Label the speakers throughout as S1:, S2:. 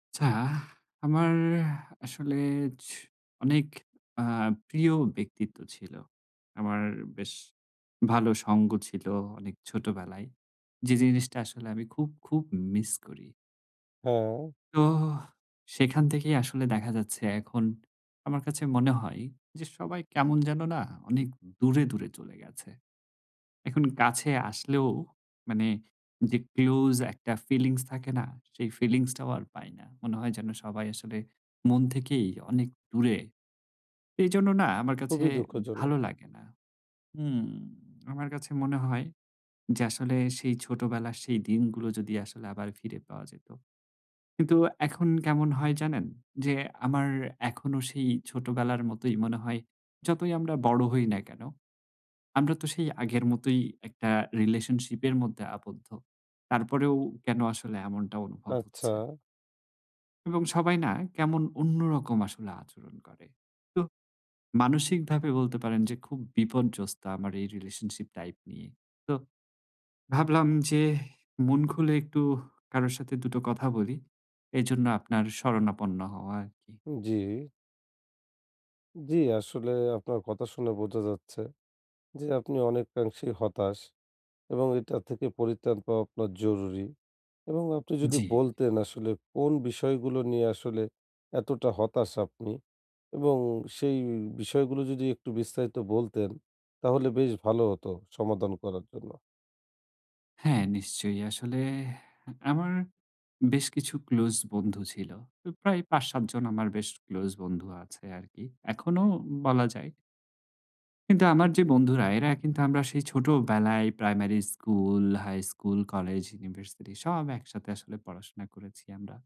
S1: আচ্ছা, আমার আসলে ছ অনেক আ প্রিয় ব্যক্তিত্ব ছিল। আমার বেশ ভালো সঙ্গ ছিল অনেক ছোটবেলায়। যে জিনিসটা আসলে আমি খুব, খুব মিস করি।
S2: হ্যাঁ,
S1: তো সেখান থেকেই আসলে দেখা যাচ্ছে এখন আমার কাছে মনে হয় যে সবাই কেমন যেন না অনেক দূরে, দূরে চলে গেছে। এখন কাছে আসলেও মানে যে ক্লোজ একটা ফিলিংস থাকে না? সেই ফিলিংসটাও আর পাই না। মনে হয় যেন সবাই আসলে মন থেকেই অনেক দূরে। এজন্য না আমার কাছে
S2: খুবই দুঃখজনক।
S1: ভালো লাগে না। হুম, আমার কাছে মনে হয় যে আসলে সেই ছোটবেলার সেই দিনগুলো যদি আসলে আবার ফিরে পাওয়া যেত। কিন্তু এখন কেমন হয় জানেন? যে আমার এখনো সেই ছোটবেলার মতোই মনে হয় যতই আমরা বড় হই না কেন আমরা তো সেই আগের মতোই একটা রিলেশনশিপের মধ্যে আবদ্ধ। তারপরেও কেন আসলে এমনটা অনুভব
S2: আচ্ছা,
S1: হচ্ছে? এবং সবাই না কেমন অন্যরকম আসলে আচরণ করে। তো মানসিকভাবে বলতে পারেন যে খুব বিপর্যস্ত আমার এই রিলেশনশিপ টাইপ নিয়ে। তো ভাবলাম যে মন খুলে একটু কারো সাথে দুটো কথা বলি। এজন্য আপনার শরণাপন্ন হওয়া আরকি।
S2: জি, জি, আসলে আপনার কথা শুনে বোঝা যাচ্ছে যে আপনি অনেকাংশেই হতাশ, এবং এটা থেকে পরিত্রাণ পাওয়া আপনার জরুরি। এবং আপনি যদি
S1: জি।
S2: বলতেন আসলে কোন বিষয়গুলো নিয়ে আসলে এতটা হতাশ আপনি, এবং সেই বিষয়গুলো যদি একটু বিস্তারিত বলতেন, তাহলে বেশ ভালো হতো সমাধান করার জন্য।
S1: হ্যাঁ, নিশ্চয়ই। আসলে আমার বেশ কিছু ক্লোজ বন্ধু ছিল। তো প্রায় ৫-৭ জন আমার বেশ ক্লোজ বন্ধু আছে আরকি। এখনো বলা যায়। কিন্তু আমার যে বন্ধুরা এরা কিন্তু আমরা সেই ছোটবেলায় primary school, high school, college, university সব একসাথে আসলে পড়াশোনা করেছি আমরা।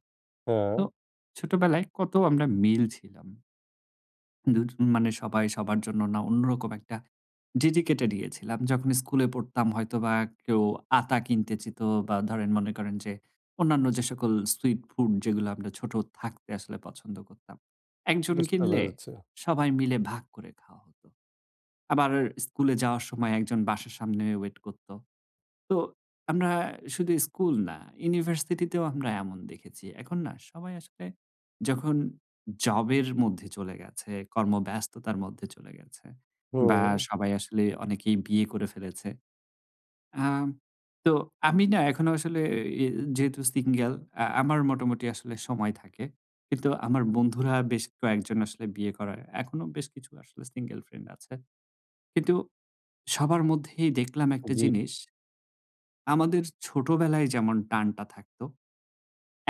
S2: হ্যাঁ,
S1: তো ছোটবেলায় কত আমরা মিল ছিলাম। দুজ মানে সবাই সবার জন্য না অন্যরকম একটা ডেডিকেটেড ইয়ে ছিলাম। যখন স্কুলে পড়তাম হয়তোবা কেউ আতা কিনতে চেত বা ধরেন মনে করেন যে অন্যান্য যে সকল সুইট ফুড যেগুলো আমরা ছোট থাকতে আসলে পছন্দ করতাম। একজন
S2: বুঝতে
S1: কিনলে
S2: পেরেছি।
S1: সবাই মিলে ভাগ করে খাওয়া হতো। আবার স্কুলে যাওয়ার সময় একজন বাসার সামনে ওয়েট করত। তো আমরা শুধু স্কুল না, ইউনিভার্সিটিতেও আমরা এমন দেখেছি। এখন না সবাই আসলে যখন জবের মধ্যে চলে গেছে, কর্মব্যস্ততার মধ্যে চলে গেছে বা
S2: হুম,
S1: সবাই আসলে অনেকেই বিয়ে করে ফেলেছে। আম তো আমি না এখনো আসলে এ যেহেতু সিঙ্গেল আমার মোটামুটি আসলে সময় থাকে। কিন্তু আমার বন্ধুরা বেশ কয়েকজন আসলে বিয়ে করার এখনো বেশ কিছু আসলে সিঙ্গেল ফ্রেন্ড আছে। কিন্তু সবার মধ্যেই দেখলাম একটা
S2: জি,
S1: জিনিস আমাদের ছোটবেলায় যেমন টানটা থাকতো,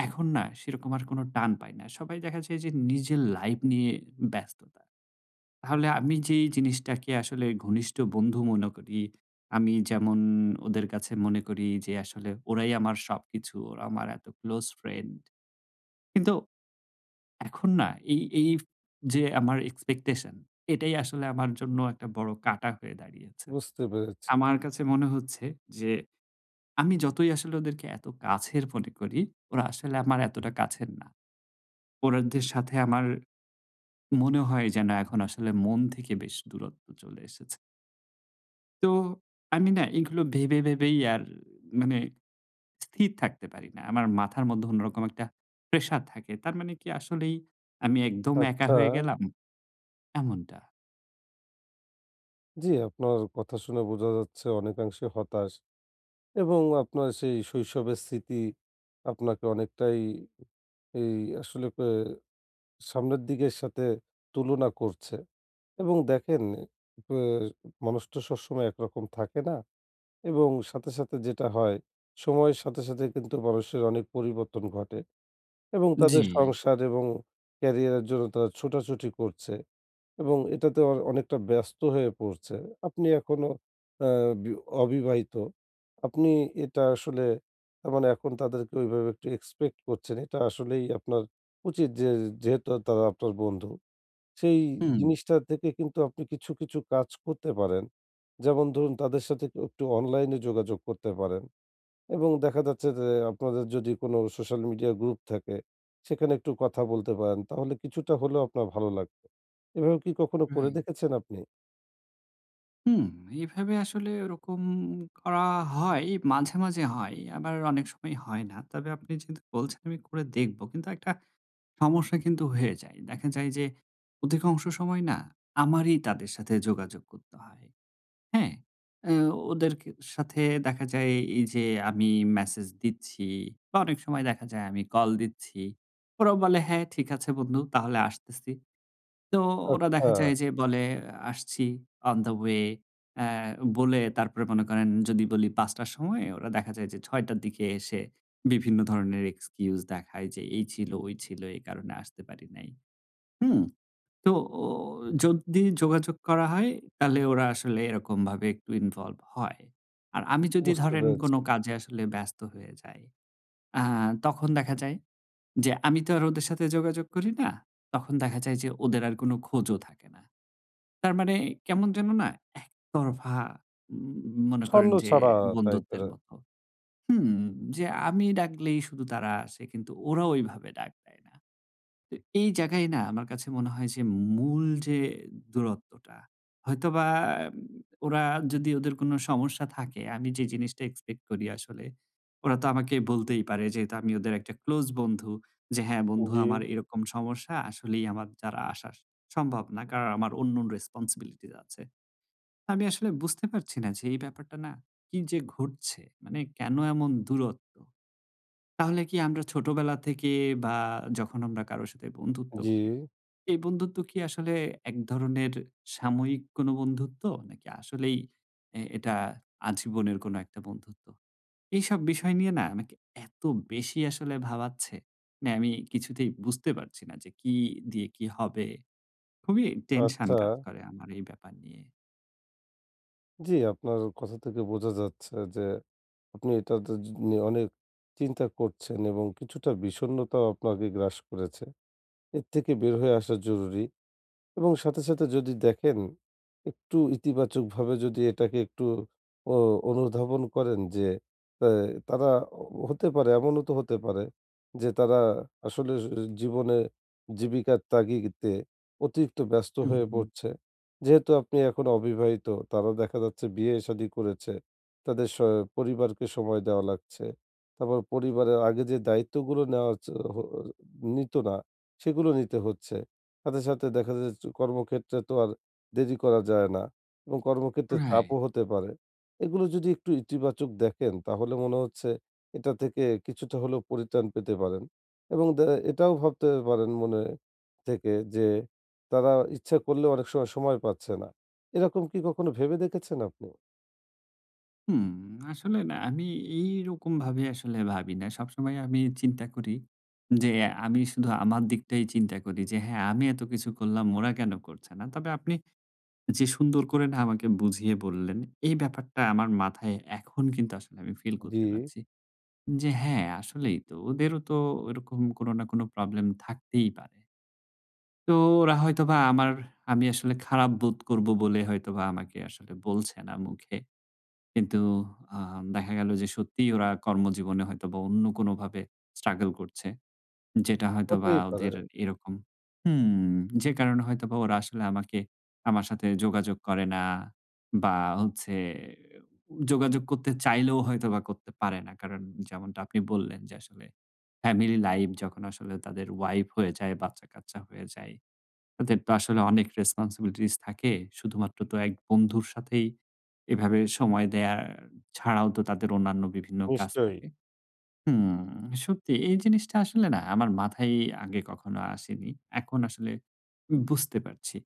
S1: এখন না সেরকম আর কোনো টান পাই না। সবাই দেখা যায় যে নিজের লাইফ নিয়ে ব্যস্ততা। তাহলে আমি যেই জিনিসটাকে আসলে ঘনিষ্ঠ বন্ধু মনে করি, আমি যেমন ওদের কাছে মনে করি যে আসলে ওরাই আমার সবকিছু, ওরা আমার এত ক্লোজ ফ্রেন্ড। কিন্তু এখন না এই যে আমার এক্সপেকটেশন এটাই আসলে আমার জন্য একটা বড় কাঁটা হয়ে দাঁড়িয়েছে।
S2: বুঝতে পেরেছি।
S1: আমার কাছে মনে হচ্ছে যে আমি যতই আসলে ওদেরকে এত কাছের মনে করি, ওরা আসলে আমার এতটা কাছের না। ওনাদের সাথে আমার মনে হয় যেন এখন আসলে মন থেকে বেশ দূরত্ব চলে এসেছে। তো আমি না এগুলো ভেবে, ভেবেই আর মানে স্থির থাকতে পারি না। আমার মাথার মধ্যে অন্যরকম একটা প্রেশার থাকে। তার মানে কি আসলেই আমি একদম একা
S2: আচ্ছা,
S1: হয়ে গেলাম? এমনটা।
S2: জি, আপনার কথা শুনে বোঝা যাচ্ছে অনেকাংশে হতাশ, এবং আপনার সেই শৈশবের স্মৃতি আপনাকে অনেকটাই এই আসলে ক সামনের দিকের সাথে তুলনা করছে। এবং দেখেন, প মানুষ তো সবসময় একরকম থাকে না, এবং সাথে, সাথে যেটা হয়, সময়ের সাথে, সাথে কিন্তু মানুষের অনেক পরিবর্তন ঘটে এবং
S1: জি,
S2: তাদের সংসার এবং ক্যারিয়ারের জন্য তারা ছোটাছুটি করছে। এবং এটাতে অনেকটা ব্যস্ত হয়ে পড়ছে। আপনি এখনো আ বি অবিবাহিত। আপনি এটা আসলে, তার মানে এখন তাদেরকে ওইভাবে একটু এক্সপেক্ট করছেন। এটা আসলেই আপনার উচিত যে, যেহেতু তারা আপনার বন্ধু, সেই
S1: হুম,
S2: জিনিসটা থেকে কিন্তু আপনি কিছু, কিছু কাজ করতে পারেন। যেমন ধরুন, তাদের সাথে একটু অনলাইনে যোগাযোগ করতে পারেন। এবং দেখা যাচ্ছে যে, আপনাদের যদি কোনো সোশ্যাল মিডিয়া গ্রুপ থাকে, সেখানে একটু কথা বলতে পারেন। তাহলে কিছুটা হলেও আপনার ভালো লাগবে। এভাবে কি কখনো করে
S1: রাইট।
S2: দেখেছেন আপনি?
S1: হুম, এভাবে আসলে ওরকম করা হয়, মাঝে, মাঝে হয়। আবার অনেক সময় হয় না। তবে আপনি যেহেতু বলছেন আমি করে দেখব। কিন্তু একটা সমস্যা কিন্তু হয়ে যায়। দেখা যায় যে অধিকাংশ সময় না আমারই তাদের সাথে যোগাযোগ করতে হয়। হ্যাঁ? অ্যা ওদেরকে সাথে দেখা যায় এই যে আমি মেসেজ দিচ্ছি বা অনেক সময় দেখা যায় আমি কল দিচ্ছি। ওরা বলে, "হ্যাঁ, ঠিক আছে বন্ধু তাহলে আসতেছি।" তো ওরা
S2: আচ্ছা,
S1: দেখা যায় যে বলে আসছি অন দ্যা ওয়ে অ্যা বলে তারপরে মনে করেন যদি বলি ৫ টার সময় ওরা দেখা যায় যে ৬ টার দিকে এসে বিভিন্ন ধরনের এক্সকিউজ দেখায় যে এই ছিল, ওই ছিল এই কারণে আসতে পারি নাই। হুম? তো ও যদি যোগাযোগ করা হয় তাহলে ওরা আসলে এরকমভাবে একটু ইনভলভ হয়। আর আমি যদি
S2: বুঝতে
S1: ধরেন
S2: পেরেছি।
S1: কোনো কাজে আসলে ব্যস্ত হয়ে যাই, আ তখন দেখা যায় যে আমি তো আর ওদের সাথে যোগাযোগ করি না। তখন দেখা যায় যে ওদের আর কোনো খোঁজও থাকে না। তার মানে কেমন যেন না একতরফা মনে করেন যে
S2: ছন্নছাড়া টাইপের।
S1: বন্ধুত্বের মতো। হুম, যে আমি ডাকলেই শুধু তারা আসে কিন্তু ওরা ওইভাবে ডাক দেয় না। তো এই জায়গায় না আমার কাছে মনে হয় যে মূল যে দূরত্বটা হয়তোবা ওরা যদি ওদের কোনো সমস্যা থাকে আমি যে জিনিসটা এক্সপেক্ট করি আসলে ওরা তো আমাকে বলতেই পারে যেহেতু আমি ওদের একটা ক্লোজ বন্ধু যে হ্যাঁ বন্ধু
S2: জি,
S1: আমার এরকম সমস্যা আসলেই আমার দ্বারা আসা সম্ভব না কারণ আমার অন্য রেসপন্সিবিলিটি আছে। আমি আসলে বুঝতে পারছি না যে এই ব্যাপারটা না কি যে ঘটছে মানে কেন এমন দূরত্ব, তাহলে কি আমরা ছোটবেলা থেকে বা যখন আমরা কারো সাথে বন্ধুত্ব
S2: জি।
S1: করি, এই বন্ধুত্ব কি আসলে এক ধরনের সাময়িক কোনো বন্ধুত্ব? নাকি আসলেই এটা আজীবনের কোনো একটা বন্ধুত্ব? এইসব বিষয় নিয়ে না আমাকে এত বেশি আসলে ভাবাচ্ছে, মানে আমি কিছুতেই বুঝতে পারছি না যে কি দিয়ে কি হবে? খুবই টেনশন
S2: আচ্ছা।
S1: কাজ করে আমার এই ব্যাপার নিয়ে।
S2: জি, আপনার কথা থেকে বোঝা যাচ্ছে যে, আপনি এটাতে নিয়ে অনেক চিন্তা করছেন এবং কিছুটা বিষণ্ণতাও আপনাকে গ্রাস করেছে। এর থেকে বের হয়ে আসা জরুরি। এবং সাথে, সাথে যদি দেখেন, একটু ইতিবাচকভাবে যদি এটাকে একটু অ অনুধাবন করেন যে, অ্যা তারা হতে পারে, এমনও তো হতে পারে যে, তারা আসলে জীবনে জীবিকার তাগিদে অতিরিক্ত ব্যস্ত
S1: হুম,
S2: হয়ে
S1: হুম, হুম।
S2: পড়ছে। যেহেতু আপনি এখন অবিবাহিত, তারা দেখা যাচ্ছে বিয়ে-শাদী করেছে। তাদের পরিবারকে সময় দেওয়া লাগছে। তারপর পরিবারের আগে যে দায়িত্বগুলো নেওয়া চ হ নিত না, সেগুলো নিতে হচ্ছে। সাথে, সাথে দেখা যায় যে, কর্মক্ষেত্রে তো আর দেরি করা যায় না, এবং কর্মক্ষেত্রে চাপও
S1: রাইট।
S2: হতে পারে। এগুলো যদি একটু ইতিবাচক দেখেন, তাহলে মনে হচ্ছে এটা থেকে কিছুটা হলেও পরিত্রাণ পেতে পারেন। এবং এটাও ভাবতে পারেন মনে থেকে যে, তারা ইচ্ছা করলেও অনেক সময়, সময় পাচ্ছে না। এরকম কি কখনো ভেবে দেখেছেন আপনি?
S1: হুম, আসলে না আমি এইরকমভাবে আসলে ভাবি না। সবসময় আমি চিন্তা করি যে আমি শুধু আমার দিকটাই চিন্তা করি যে, "হ্যাঁ, আমি এত কিছু করলাম, ওরা কেন করছে না?" তবে আপনি যে সুন্দর করে না আমাকে বুঝিয়ে বললেন, এই ব্যাপারটা আমার মাথায় এখন কিন্তু আসলে আমি ফিল
S2: জি,
S1: করতে পারছি যে, "হ্যাঁ, আসলেই তো। ওদেরও তো ওরকম কোনো না কোনো প্রবলেম থাকতেই পারে। তো ওরা হয়তোবা আমার আমি আসলে খারাপ বোধ করব বলে হয়তোবা আমাকে আসলে বলছে না মুখে।" কিন্তু দেখা গেল যে সত্যিই ওরা কর্মজীবনে হয়তোবা অন্য কোনোভাবে স্ট্রাগল করছে। যেটা হয়তোবা
S2: হতেই পারে।
S1: ওদের। জি। এরকম হুম, যে কারণে হয়তোবা ওরা আসলে আমাকে আমার সাথে যোগাযোগ করে না বা হচ্ছে যোগাযোগ করতে চাইলেও হয়তোবা করতে পারে না। কারণ যেমনটা আপনি বললেন যে আসলে ফ্যামিলি লাইফ যখন আসলে তাদের ওয়াইফ হয়ে যায়, বাচ্চা-কাচ্চা হয়ে যায় তাদের তো আসলে অনেক রেসপনসিবিলিটিস থাকে। শুধুমাত্র তো এক বন্ধুর সাথেই এভাবে সময় দেয়া ছাড়াও তো তাদের অন্যান্য বিভিন্ন কাজ
S2: নিশ্চয়ই।
S1: থাকে। হুম, সত্যি এই জিনিসটা আসলে না আমার মাথায় আগে কখনো আসেনি। এখন আসলে বুঝতে পারছি।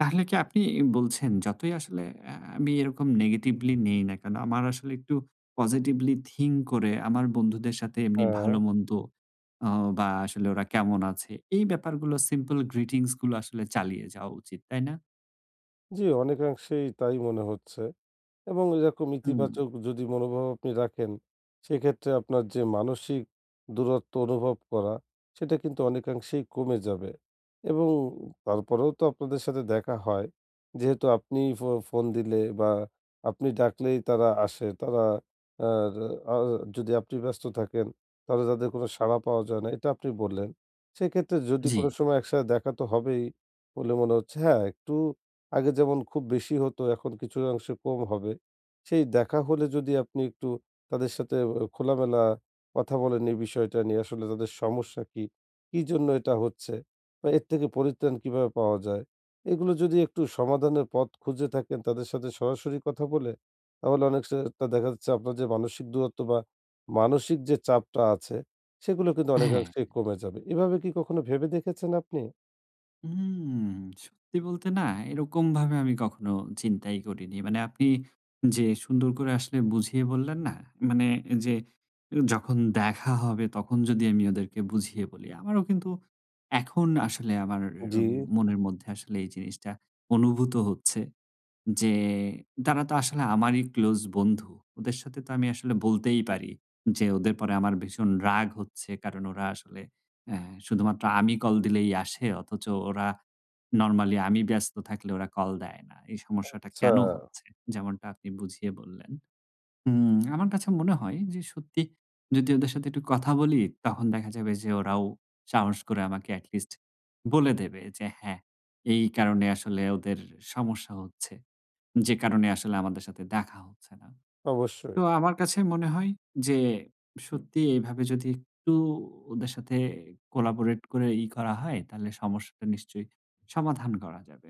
S1: তাহলে কি আপনি বলছেন যতই আসলে আমি এরকম নেগেটিভলি নেই না কেন, আমার আসলে একটু পজিটিভলি থিঙ্ক করে আমার বন্ধুদের সাথে এমনি
S2: হ্যাঁ,
S1: ভালো-মন্দ অ বা আসলে ওরা কেমন আছে, এই ব্যাপারগুলো সিম্পল গ্রিটিংস গুলো আসলে চালিয়ে যাওয়া উচিত, তাই না?
S2: জি, অনেকাংশেই তাই মনে হচ্ছে। এবং এরকম
S1: হুম,
S2: ইতিবাচক যদি মনোভাব আপনি রাখেন, সেক্ষেত্রে আপনার যে মানসিক দূরত্ব অনুভব করা, সেটা কিন্তু অনেকাংশেই কমে যাবে। এবং তারপরেও তো আপনাদের সাথে দেখা হয়। যেহেতু আপনি ফোন দিলে বা আপনি ডাকলেই তারা আসে। তারা আর আ যদি আপনি ব্যস্ত থাকেন, তাহলে তাদের কোনো সাড়া পাওয়া যায় না। এটা আপনি বললেন। সেক্ষেত্রে যদি
S1: জি,
S2: কোনো সময় একসাথে দেখা তো হবেই বলে মনে হচ্ছে। হ্যাঁ, একটু আগে যেমন খুব বেশি হতো, এখন কিছু অংশে কম হবে। সেই দেখা হলে যদি আপনি একটু তাদের সাথে খোলামেলা কথা বলেন, এই বিষয়টা নিয়ে আসলে তাদের সমস্যা কি? কি জন্য এটা হচ্ছে? বা এর থেকে পরিত্রাণ কিভাবে পাওয়া যায়? এগুলো যদি একটু সমাধানের পথ খুঁজে থাকেন তাদের সাথে সরাসরি কথা বলে, তাহলে অনেক সা টা দেখা যাচ্ছে আপনার যে মানসিক দূরত্ব বা মানসিক যে চাপটা আছে, সেগুলো কিন্তু
S1: হ্যাঁ।
S2: অনেকাংশেই কমে যাবে। এভাবে কি কখনো ভেবে দেখেছেন আপনি?
S1: হুম, সত্যি বলতে না এরকমভাবে আমি কখনো চিন্তাই করিনি। মানে আপনি যে সুন্দর করে আসলে বুঝিয়ে বললেন না? মানে যে যখন দেখা হবে তখন যদি আমি ওদেরকে বুঝিয়ে বলি। আমারও কিন্তু এখন আসলে আমার
S2: জি,
S1: উম, মনের মধ্যে আসলে এই জিনিসটা অনুভূত হচ্ছে। যে তারা তো আসলে আমারই ক্লোজ বন্ধু। ওদের সাথে তো আমি আসলে বলতেই পারি যে, ওদের পরে আমার ভীষণ রাগ হচ্ছে। কারণ ওরা আসলে অ্যা শুধুমাত্র আমি কল দিলেই আসে। অথচ ওরা নরমালি আমি ব্যস্ত থাকলে ওরা কল দেয় না। এই সমস্যাটা
S2: আচ্ছা,
S1: কেন হচ্ছে? যেমনটা আপনি বুঝিয়ে বললেন। আমার কাছে মনে হয় যে সত্যি যদি ওদের সাথে একটু কথা বলি, তখন দেখা যাবে যে ওরাও সাহস করে আমাকে এটলিস্ট বলে দেবে যে, হ্যাঁ, এই কারণে আসলে ওদের সমস্যা হচ্ছে। যে কারণে আসলে আমাদের সাথে দেখা হচ্ছে না।
S2: অবশ্যই।
S1: তো আমার কাছে মনে হয় যে সত্যি এভাবে যদি একটু ওদের সাথে কোলাবোরেট করে করা হয় তাহলে সমস্যাটা নিশ্চয়ই সমাধান করা যাবে।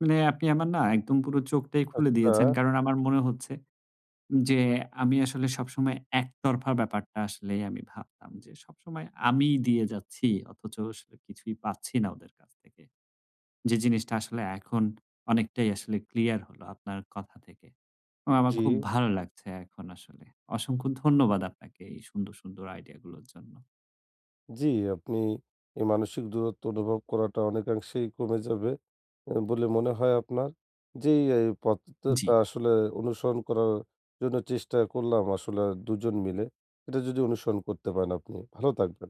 S1: মানে আপনি আমার না একদম পুরো চোখটাই খুলে
S2: আচ্ছা,
S1: দিয়েছেন। কারণ আমার মনে হচ্ছে যে আমি আসলে সবসময় একতরফা ব্যাপারটা আসলেই আমি ভাবতাম যে সবসময় আমিই দিয়ে যাচ্ছি অথচ আসলে কিছুই পাচ্ছি না ওদের কাছ থেকে। যে জিনিসটা আসলে এখন অনেকটাই আসলে ক্লিয়ার হলো আপনার কথা থেকে। ও আমার
S2: জি।
S1: খুব ভালো লাগছে এখন আসলে। অসংখ্য ধন্যবাদ আপনাকে এই সুন্দর, সুন্দর আইডিয়া গুলোর জন্য।
S2: জি, আপনি এই মানসিক দূরত্ব অনুভব করাটা অনেকাংশেই কমে যাবে এ বলে মনে হয় আপনার। যেই এই
S1: জি।
S2: পদ্ধতিটা আসলে অনুসরণ করার জন্য চেষ্টা করলাম আসলে ২ জন মিলে। এটা যদি অনুসরণ করতে পারেন আপনি, ভালো থাকবেন।